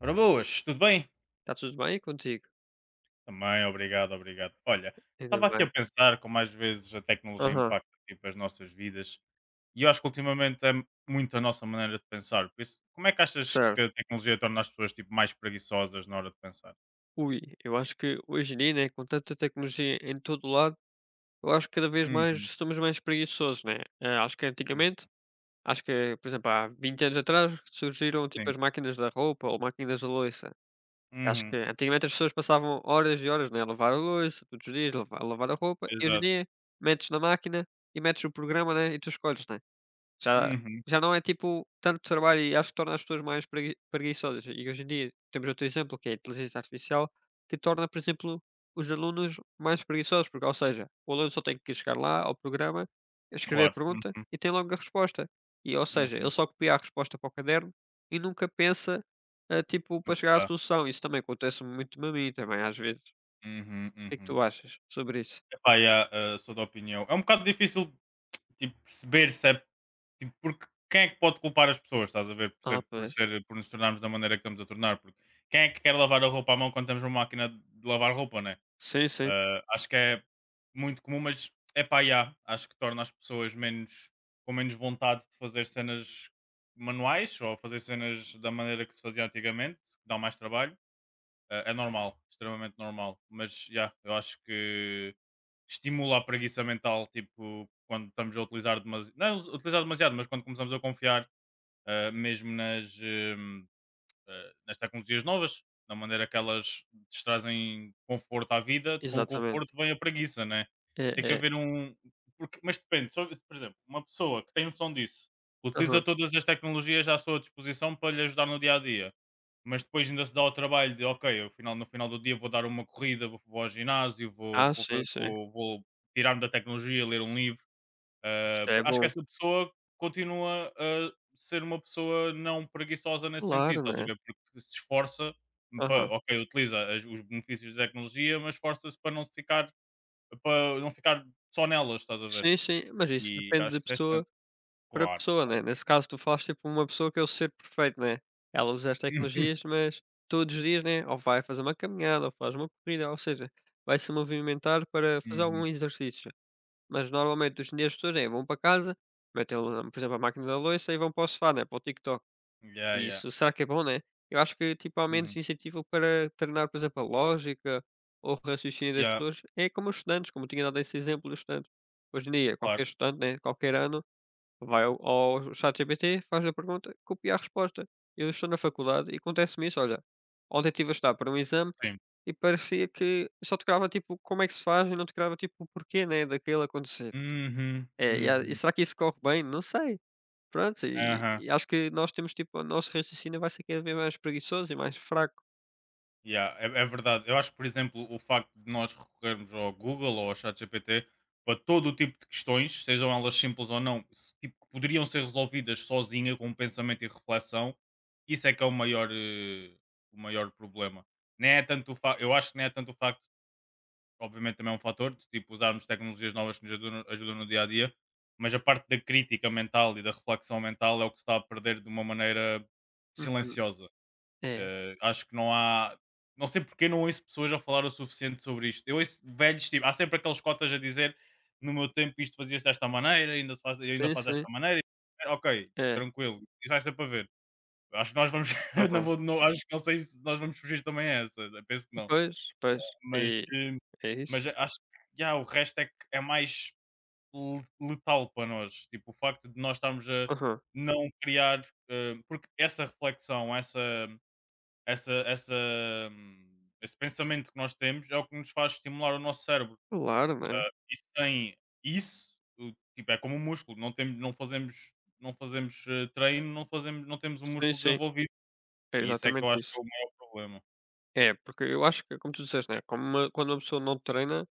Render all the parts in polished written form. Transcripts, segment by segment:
Ora boas, tudo bem? Está tudo bem contigo? Também, obrigado, obrigado. Olha, Ainda estava aqui a bem. pensar como às vezes a tecnologia Aham, impacta as nossas vidas e eu acho que ultimamente é muito a nossa maneira de pensar. Por isso, como é que achas que certo. a tecnologia torna as pessoas mais preguiçosas na hora de pensar? Ui, eu acho que hoje em dia, né, com tanta tecnologia em todo lado, eu acho que cada vez mais Uhum, somos mais preguiçosos, né? Acho que uhum, antigamente, acho que, por exemplo, há 20 anos atrás, surgiram tipo sim. as máquinas da roupa ou máquinas da louça. Acho que Uhum, antigamente as pessoas passavam horas e horas, né, a lavar a louça, todos os dias, a lavar a roupa, e hoje em exato. dia metes na máquina e metes o programa, né, e tu escolhes, né? Já Uhum, já não é, tipo, tanto trabalho e acho que torna as pessoas mais preguiçosas. E hoje em dia temos outro exemplo, que é a inteligência artificial, que torna, por exemplo, os alunos mais preguiçosos, porque, ou seja, o aluno só tem que chegar lá ao programa, escrever a claro. pergunta Uhum, e tem logo a resposta. E, ou seja, uhum, ele só copia a resposta para o caderno e nunca pensa, ah, tipo, para não chegar à está. solução. Isso também acontece muito a mim também, às vezes. Uhum, O que é que uhum. tu achas sobre isso? Epá, yeah, sou da opinião. É um bocado difícil tipo, perceber se é. Tipo, porque quem é que pode culpar as pessoas, estás a ver? Por Ah, ser, por pois. ser, por nos tornarmos da maneira que estamos a tornar, porque quem é que quer lavar a roupa à mão quando temos uma máquina de lavar roupa, né? Sim, sim, Ah, acho que é muito comum, mas é pá, yeah, acho que torna as pessoas menos, com menos vontade de fazer cenas manuais ou fazer cenas da maneira que se fazia antigamente, que dá mais trabalho. Ah, é normal, extremamente normal, mas já, eu acho que estimula a preguiça mental, tipo, quando estamos a utilizar demasiado, não é utilizar demasiado, mas quando começamos a confiar, ah, mesmo nas, nas tecnologias novas, da maneira que elas te trazem conforto à vida, com o conforto exatamente. vem a preguiça, né? É, Tem que é. haver um. Porque, mas depende, só- por exemplo, uma pessoa que tem noção disso utiliza Aham. todas as tecnologias à sua disposição para lhe ajudar no dia a dia, mas depois ainda se dá o trabalho de, ok, eu final, no final do dia vou dar uma corrida, vou, vou ao ginásio, vou, Ah, vou, fa- sim, sim. vou, vou tirar-me da tecnologia, ler um livro. Ah, Já é acho que bom. essa pessoa continua a ser uma pessoa não preguiçosa nesse sentido, Claro, estás a né. ver? Porque se esforça, pa- Aham. ok, utiliza as- os benefícios da tecnologia, mas esforça-se para não se ficar, para não ficar só nelas, estás a ver? Sim, sim, mas isso E depende acho de que isso é pessoa excelente. para Claro, pessoa, né. claro. Nesse caso tu falas, tipo, uma pessoa que é o ser perfeito, né. Ela usa as tecnologias, mas todos os dias, né, ou vai fazer uma caminhada, ou faz uma corrida, ou seja, vai se movimentar para fazer Uhum. algum exercício. Mas normalmente hoje em dia as pessoas é, vão para casa, metem, por exemplo, a máquina da louça e vão para o sofá, né, para o TikTok. Yeah, yeah. Isso, será que é bom, né? Eu acho que, tipo, ao menos Uhum. incentivo para treinar, por exemplo, a lógica ou o raciocínio das Yeah, pessoas. É como os estudantes, como eu tinha dado esse exemplo dos estudantes. Hoje em dia, claro. qualquer estudante, né, qualquer ano, vai ao ChatGPT, faz a pergunta, copia a resposta. Eu estou na faculdade e acontece-me isso, olha. Ontem estive a estudar para um exame Sim. e parecia que só te crava, tipo, como é que se faz e não te crava, tipo, o porquê, né, daquilo acontecer. Uhum. É, e Uhum. será que isso corre bem? Não sei. Pronto, e Aham. e acho que nós temos tipo o nosso raciocínio vai ser cada vez mais preguiçoso e mais fraco. Yeah, é, é verdade. Eu acho que, por exemplo, o facto de nós recorrermos ao Google ou ao ChatGPT para todo o tipo de questões, sejam elas simples ou não, se- tipo, que poderiam ser resolvidas sozinha com um pensamento e reflexão, isso é que é o maior, o maior problema. Nem é tanto o fa- eu acho que nem é tanto o facto, obviamente também é um fator, de tipo, usarmos tecnologias novas que nos ajudam, ajudam no dia a dia, mas a parte da crítica mental e da reflexão mental é o que se está a perder de uma maneira Uhum. silenciosa. É. Acho que não há. Não sei porque não ouço pessoas a falar o suficiente sobre isto. Eu ouço velhos, tipo, há sempre aqueles cotas a dizer no meu tempo isto fazia-se desta maneira, ainda se faz, eu ainda Sim, faço sim. desta maneira. Ok, É. tranquilo, isso vai ser para ver. Acho que nós vamos. Não Aham. vou, não, acho que não sei se nós vamos fugir também a essa. Penso que não. Pois, pois. Mas, E eh, é isso. mas acho que já, o resto é que é mais le- letal para nós. Tipo, o facto de nós estarmos a Aham. não criar. Porque essa reflexão, essa, hum, esse pensamento que nós temos é o que nos faz estimular o nosso cérebro. Claro, né. Ah, e sem isso, o- tipo, é como um músculo, não, temos, não fazemos, não fazemos treino, não, fazemos, não temos um Sim, músculo sim. desenvolvido. É E isso é que eu exatamente acho que isso. é o maior problema. É, porque eu acho que, como tu disseste, né, como uma quando uma pessoa não treina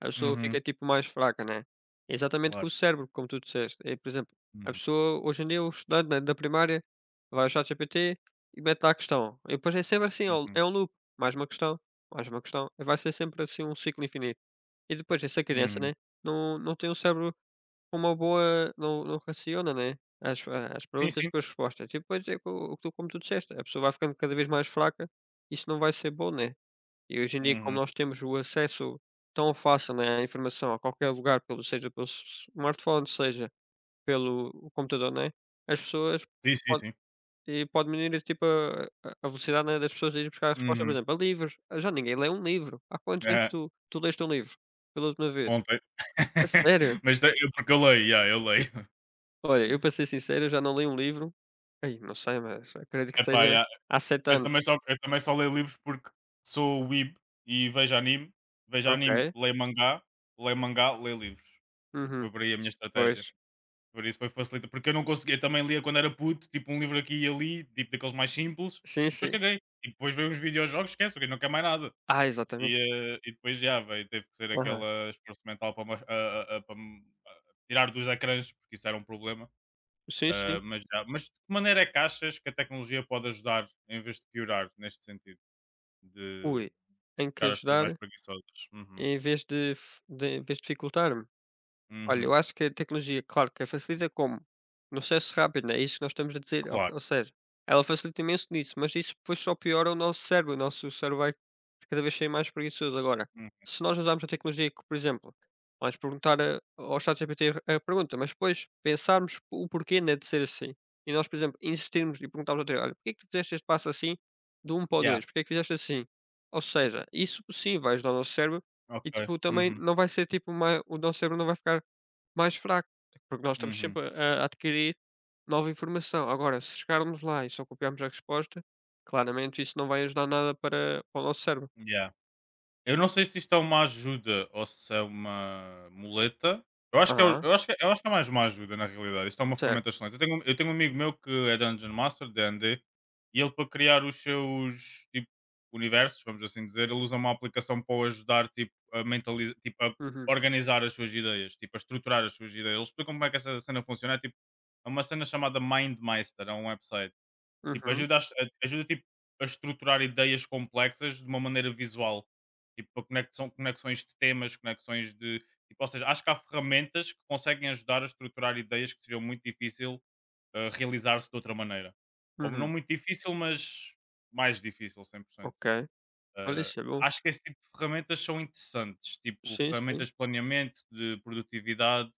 a pessoa Uhum, fica, tipo, mais fraca, né. É exatamente com claro. o cérebro, como tu disseste. Por exemplo, a Uhum. pessoa hoje em dia o estudante, né, da primária vai ao ChatGPT e mete lá a questão. E depois é sempre assim, é um Uhum, é um loop, mais uma questão, mais uma questão, e vai ser sempre assim um ciclo infinito. E depois essa criança, uhum. né, não tem um cérebro com uma boa não raciona, né, as Sim, perguntas sim. com as respostas. E depois é co o que tu como tu disseste, a pessoa vai ficando cada vez mais fraca, isso não vai ser bom, né. E hoje em dia, como Uhum. nós temos o acesso tão fácil, né, à informação a qualquer lugar, pelo seja pelo s smartphone, seja pelo computador, né, as pessoas Sim, sim, pode sim. e pode diminuir, tipo, a velocidade, né, das pessoas de ir buscar a resposta, por Uhum. exemplo, a livros. Ah, já ninguém lê um livro. Há quantos anos É, tu leste um livro pela última vez? ontem. A sério? Mas tem- eu- porque eu leio, yeah, eu leio. Olha, eu para ser sincero, eu já não leio um livro, ai, não sei, mas acredito que seja Epá, yeah. há sete anos. Eu também só leio livros porque sou weeb e vejo anime, Ok. leio mangá, leio mangá, leio livros. Uhum. Foi por aí a minha estratégia. Pois. Por isso foi facilita, porque eu não conseguia, eu também lia quando era puto, tipo um livro aqui e ali, tipo daqueles mais simples, Sim, e depois sim. caguei. E depois veio uns videojogos, esquece, que não quer mais nada. Ah, exatamente. E, e depois já, veio, teve que ser Aham. aquele esforço mental para, me- a- para me a- tirar dos ecrãs, porque isso era um problema. Sim, sim. Ah, mas, já, mas de que maneira é que achas que a tecnologia pode ajudar em vez de piorar neste sentido? De Ui, tenho que buscar as pessoas mais ajudar preguiçosas. Uhum, em vez de dificultar? Olha, eu uhum, acho que a tecnologia, claro que a facilita como? No acesso rápido, né? É isso que nós estamos a dizer. Ou, claro. ou seja, ela facilita imenso nisso, mas isso depois só piora o nosso cérebro. O nosso cérebro vai cada vez ser mais preguiçoso. Agora, Hum, se nós usarmos a tecnologia que, por exemplo, vamos perguntar ao ChatGPT a pergunta, mas depois pensarmos o porquê né, de ser assim. E nós, por exemplo, insistirmos e perguntarmos ao treino, olha, porquê é que tu fizeste este passo assim do um para o yeah, dois? Porquê é que fizeste assim? Ou seja, isso sim vai ajudar o nosso cérebro e ok. tipo, também Uhum, não vai ser tipo uma, o nosso cérebro não vai ficar mais fraco, porque nós estamos uhum, sempre a adquirir nova informação. Agora, se chegarmos lá e só copiarmos a resposta, claramente isso não vai ajudar nada para o nosso cérebro. yeah. Eu não sei se isto é uma ajuda ou se é uma muleta. Eu acho que é, Aham. eu acho que, é, eu acho que é mais uma ajuda, na realidade. Isto é uma Certo. ferramenta excelente. Eu tenho um amigo meu que é Dungeon Master, D&D, e ele para criar os seus tipo, universos, vamos assim dizer, ele usa uma aplicação para o ajudar tipo, a mentalizar, tipo, a Uhum, organizar as suas ideias, tipo, a estruturar as suas ideias. Ele explica como é que essa cena funciona. É, tipo, é uma cena chamada MindMeister, é um website. Tipo, uhum, ajuda, a es a ajuda, tipo, a estruturar ideias complexas de uma maneira visual. Tipo, a conexão conexões de temas, conexões de tipo, ou seja, acho que há ferramentas que conseguem ajudar a estruturar ideias que seriam muito difícil, ah, realizar-se de outra maneira. Ou não uhum. muito difícil, mas mais difícil 100%. Ok. Olha, Ah, isso é bom. acho que esse tipo de ferramentas são interessantes, tipo Sim, sim. ferramentas de planeamento, de produtividade.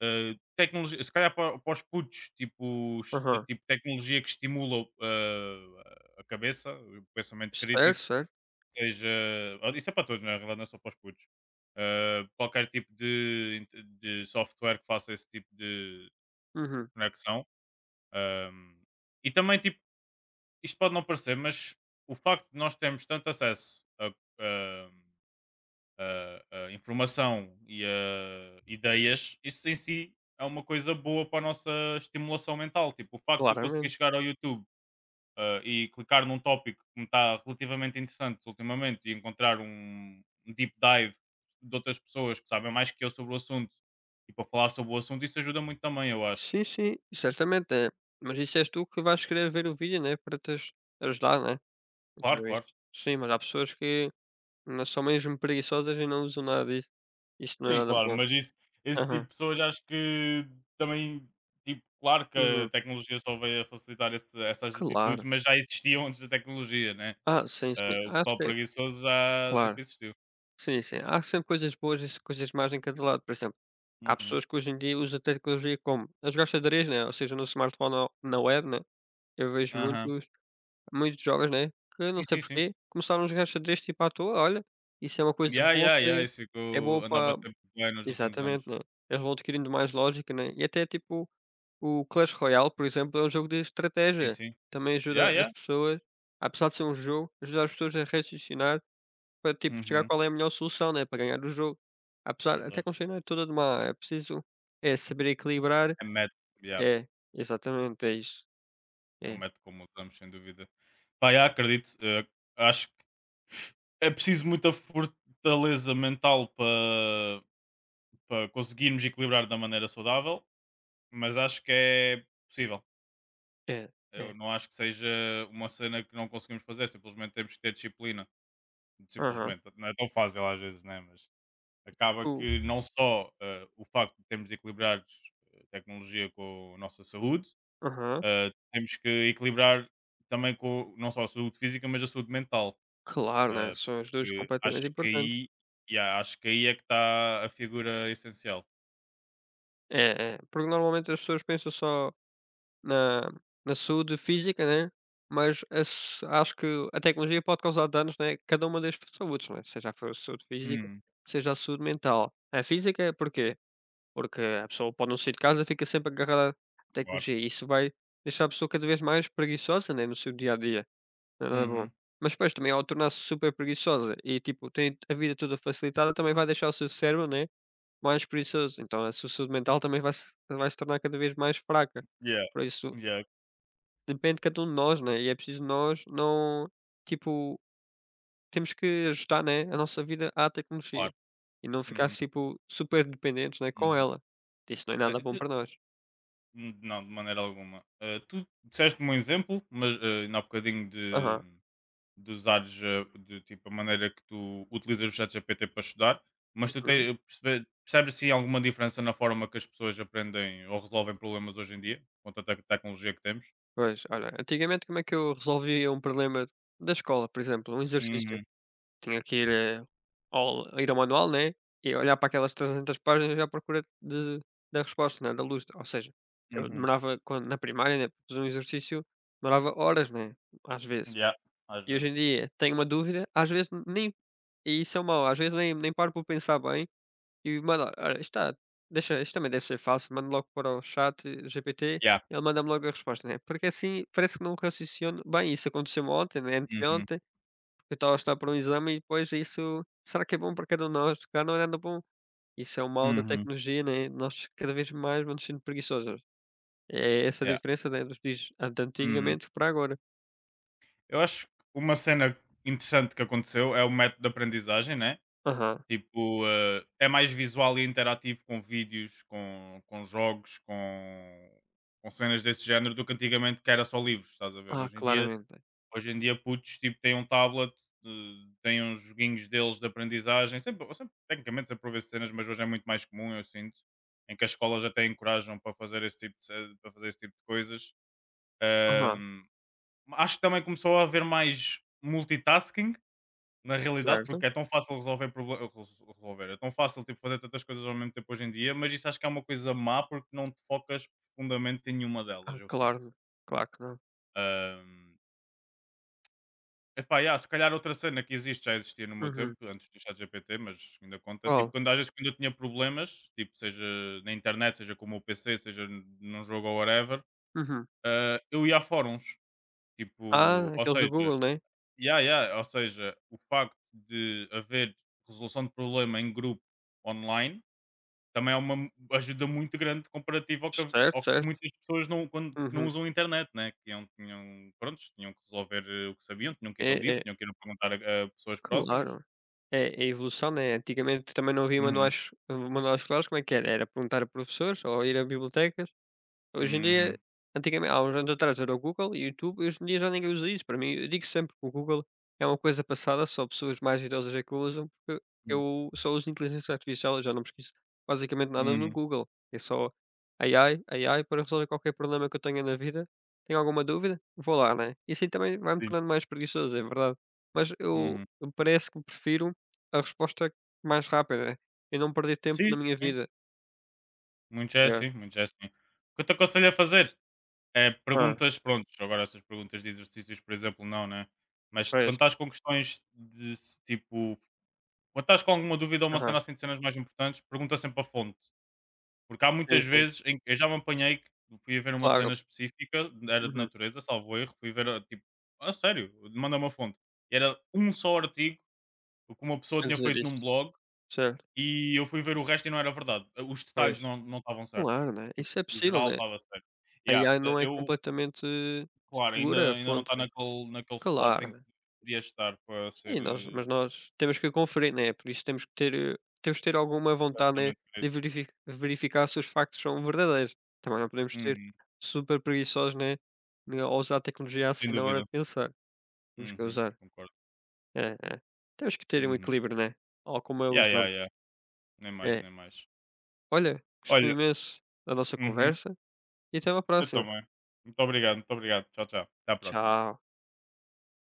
Ah, tecnologia, se calhar para, para os putos, tipo, es- Aham. tipo tecnologia que estimula ah, a cabeça, o pensamento Certo, crítico, certo. seja. Ah, isso é para todos, na realidade, não é só para os putos. Ah, qualquer tipo de software que faça esse tipo de Uhum. conexão. Um, e também, tipo, isto pode não parecer, mas o facto de nós termos tanto acesso a, ehm, ah, ah, informação e ah, ideias, isso em si é uma coisa boa para a nossa estimulação mental. Tipo, o facto de eu conseguir Claramente. chegar ao YouTube ah, e clicar num tópico que me está relativamente interessante ultimamente e encontrar um, um deep dive de outras pessoas que sabem mais que eu sobre o assunto e para falar sobre o assunto, isso ajuda muito também, eu acho. Sim, sim, certamente é. Mas isso és tu que vais querer ver o vídeo, né, para teres ajudar, né, Claro, então é isso. claro. Sim, mas há pessoas que, não são mesmo preguiçosas e não usam nada disso. Isso não é Sim, nada claro, bom. mas isso, esse tipo Aham. de pessoas acho que também, tipo, claro que a Uhum. tecnologia só veio a facilitar esse- essas atitudes, Claro. mas já existiam antes da tecnologia, né? Ah, sim, sim. Ah, o Acho pessoal que é preguiçoso já claro. sempre existiu. Sim, sim. Há sempre coisas boas e coisas más em cada lado. Por exemplo, há Uhum. pessoas que hoje em dia usam tecnologia como as jogar xadrez, né? Ou seja, no smartphone ou na web, né? Eu vejo Aham. muitos, muitos jovens, né? Que não Sim, sei sim, sim. porquê, começaram a jogar xadrez tipo à toa. Olha, isso é uma coisa Yeah, boa yeah, yeah, que isso é ficou, boa andava a para bater muito bem nos últimos anos. exatamente, né. Eles vão adquirindo mais lógica, né, e até tipo o Clash Royale, por exemplo, é um jogo de Sim, estratégia. sim. Também ajuda Yeah, as yeah. pessoas, apesar de ser um jogo, ajuda as pessoas a raciocinar para tipo chegar Uhum. qual é a melhor solução, né, para ganhar o jogo. Apesar até que Exato. a cena é toda de má, é preciso é saber equilibrar É método, yeah. é, exatamente, é isso. É um É, método como usamos, sem dúvida. Pá, yeah, acredito. Acho que é preciso muita fortaleza mental para para conseguirmos equilibrar da maneira saudável, mas acho que é possível. é, Eu é. não acho que seja uma cena que não conseguimos fazer, simplesmente temos que ter disciplina. Aham. Simplesmente, não é tão fácil às vezes, né? Mas acaba Tipo que não só o facto de termos de equilibrar tecnologia com a nossa saúde, aham, temos que equilibrar também com não só a saúde física, mas a saúde mental. claro, né, Eh, são as 2 que acho completamente que importantes. aí, yeah, acho que aí é que está a figura essencial. É, é, porque normalmente as pessoas pensam só na na saúde física, né, mas a s acho que a tecnologia pode causar danos, né, cada uma das saúdes, né, seja a for saúde física, Hum, seja a saúde mental. A física porquê? Porque a pessoa pode não sair de casa, fica sempre agarrada à claro. tecnologia isso vai deixar a pessoa cada vez mais preguiçosa, né, no seu dia a dia, não é nada bom. Uhum. Mas depois também ao tornar-se super preguiçosa e tipo tem a vida toda facilitada, também vai deixar o seu cérebro, né, mais preguiçoso, então a sua saúde mental também vai se tornar cada vez mais fraca, Yeah, por isso yeah, depende de cada um de nós, né, e é preciso nós não tipo, temos que ajustar, né, a nossa vida à tecnologia claro. e não ficar, Uhum, tipo, super dependentes, né, com uhum. ela. Isso não é nada bom Tu para nós. Não, de maneira alguma. Tu disseste-me um exemplo, mas, ainda há bocadinho Aham, de usares, de, tipo, a maneira que tu utilizas o ChatGPT para estudar, mas tu uhum. tem percebe percebes, assim, alguma diferença na forma que as pessoas aprendem ou resolvem problemas hoje em dia, com tanta tecnologia que temos? Pois, olha, antigamente como é que eu resolvia um problema da escola, por exemplo, um exercício? Uhum, Tinha que ir, ao ir ao manual, né, e olhar para aquelas 300 páginas à procura de da resposta, né, da luz. Ou seja, eu uhum. demorava quando na primária, né, para fazer um exercício, demorava horas, né, às vezes. Yeah, às E hoje vezes. em dia tenho uma dúvida, às vezes nem e isso é mau, às vezes nem paro por pensar bem e mando: "Olha, isto está deixa isto também deve ser fácil", mando logo para o ChatGPT, Yeah. ele manda-me logo a resposta, né, porque assim parece que não raciocino bem, isso aconteceu ontem, né, Uhum, anteontem, eu estava a estudar para um exame e depois isso será que é bom para cada um de nós? Se calhar não é nada bom. Isso é o mal da uhum. tecnologia, né, nós cada vez mais vamos sendo preguiçosos. É essa a Yeah. diferença, né, dos dias ah, de Uhum. antigamente para agora. Eu acho que uma cena interessante que aconteceu é o método de aprendizagem, né? Aham. Tipo, é mais visual e interativo com vídeos, com jogos, com cenas desse género do que antigamente que era só livros, estás a ver? Ah, claramente. Hoje em dia putos, tipo, têm um tablet, eh, têm uns joguinhos deles de aprendizagem. Sempre, eu sempre, tecnicamente sempre houve essas cenas, mas hoje é muito mais comum, eu sinto, em que as escolas até encorajam para fazer esse tipo de, ce- para fazer esse tipo de coisas. Aham, Acho que também começou a haver mais multitasking, na realidade, certo. porque é tão fácil resolver problemas, resolver, é tão fácil, tipo, fazer tantas coisas ao mesmo tempo hoje em dia, mas isso acho que é uma coisa má, porque não te focas profundamente em nenhuma delas, Ah, eu sinto. claro, claro que não. Ahm, epá, yeah, se calhar outra cena que existe, já existia no meu Uhum. tempo, antes do Chat ChatGPT, mas ainda conta, tipo, Qual? quando às vezes quando eu tinha problemas, tipo, seja na internet, seja com o meu PC, seja num jogo ou whatever, Uhum. ah, eu ia a fóruns, tipo, Ah, ou aqueles do seja. Google, né? Yeah, yeah. Ou seja, o facto de haver resolução de problema em grupo online também é uma ajuda muito grande comparativa Certo, ao que certo. muitas pessoas não, quando, que não Uhum. usam a internet, né? Que iam- tinham, prontos, tinham que resolver o que sabiam, tinham que ir É, a livros, é, tinham que ir a perguntar a pessoas próximas. claro. É, é evolução, né? Antigamente também não havia Uhum, manuais, manuais claros, como é que era? Era perguntar a professores ou ir a bibliotecas. Hoje em dia, uhum, antigamente há uns anos atrás era o Google e o YouTube, e hoje em dia já ninguém usa isso. Para mim, eu digo sempre que o Google é uma coisa passada, só pessoas mais idosas é que o usam, porque uhum, eu só uso inteligência artificial, eu já não pesquiso basicamente nada no uhum, Google. É só AI, AI para resolver qualquer problema que eu tenha na vida. Tenho alguma dúvida? Vou lá, né? E assim também vai-me sim, tornando mais preguiçoso, é verdade. Mas eu uhum. eu parece que prefiro a resposta mais rápida né? E não perder tempo na Sim, minha sim, vida. muito já é É. assim, muito já é assim. O que eu te aconselho a fazer? É, Ah, perguntas, pronto, agora essas perguntas de exercícios, por exemplo, não, né? Mas quando pois. estás com questões de se- tipo, quando estás com alguma dúvida ou uma cena Aham. assim de cenas mais importantes, pergunta sempre a fonte. Porque há Sim, muitas sim. vezes em que eu já me apanhei que fui a ver uma Claro, cena específica, era de uhum, natureza, salvo erro, fui ver, tipo, a sério, manda uma fonte. E era um só artigo o que uma pessoa a tinha dizer feito isso, num blog certo, e eu fui ver o resto e não era verdade. Os pois. detalhes não não estavam certos. Claro, né, Tipo, isso é o possível, geral né, estava certo. a Yeah, AI não é eu. completamente Claro, segura ainda a ainda não fonte, está né, naquele naquele spot claro, em que né. podia estar para ser, Sim, nós mas nós temos que conferir, né, por isso temos que ter, temos que ter alguma vontade, né, completamente de crítico. Verificar se os factos são verdadeiros. Também não podemos ser Uhum, super preguiçosos, né, ne ao usar a tecnologia assim sem na hora dúvida. de pensar, temos que Uhum, usar concordo. é, é. Temos que ter um Uhum. equilíbrio, né, ou como a Yeah, yeah, usamos. yeah. Nem mais, É. nem mais. Olha, gostei Olha imenso da nossa uhum, conversa. E até uma eu próxima. também. Muito obrigado, muito obrigado. Tchau, tchau. Até à próxima. Tchau.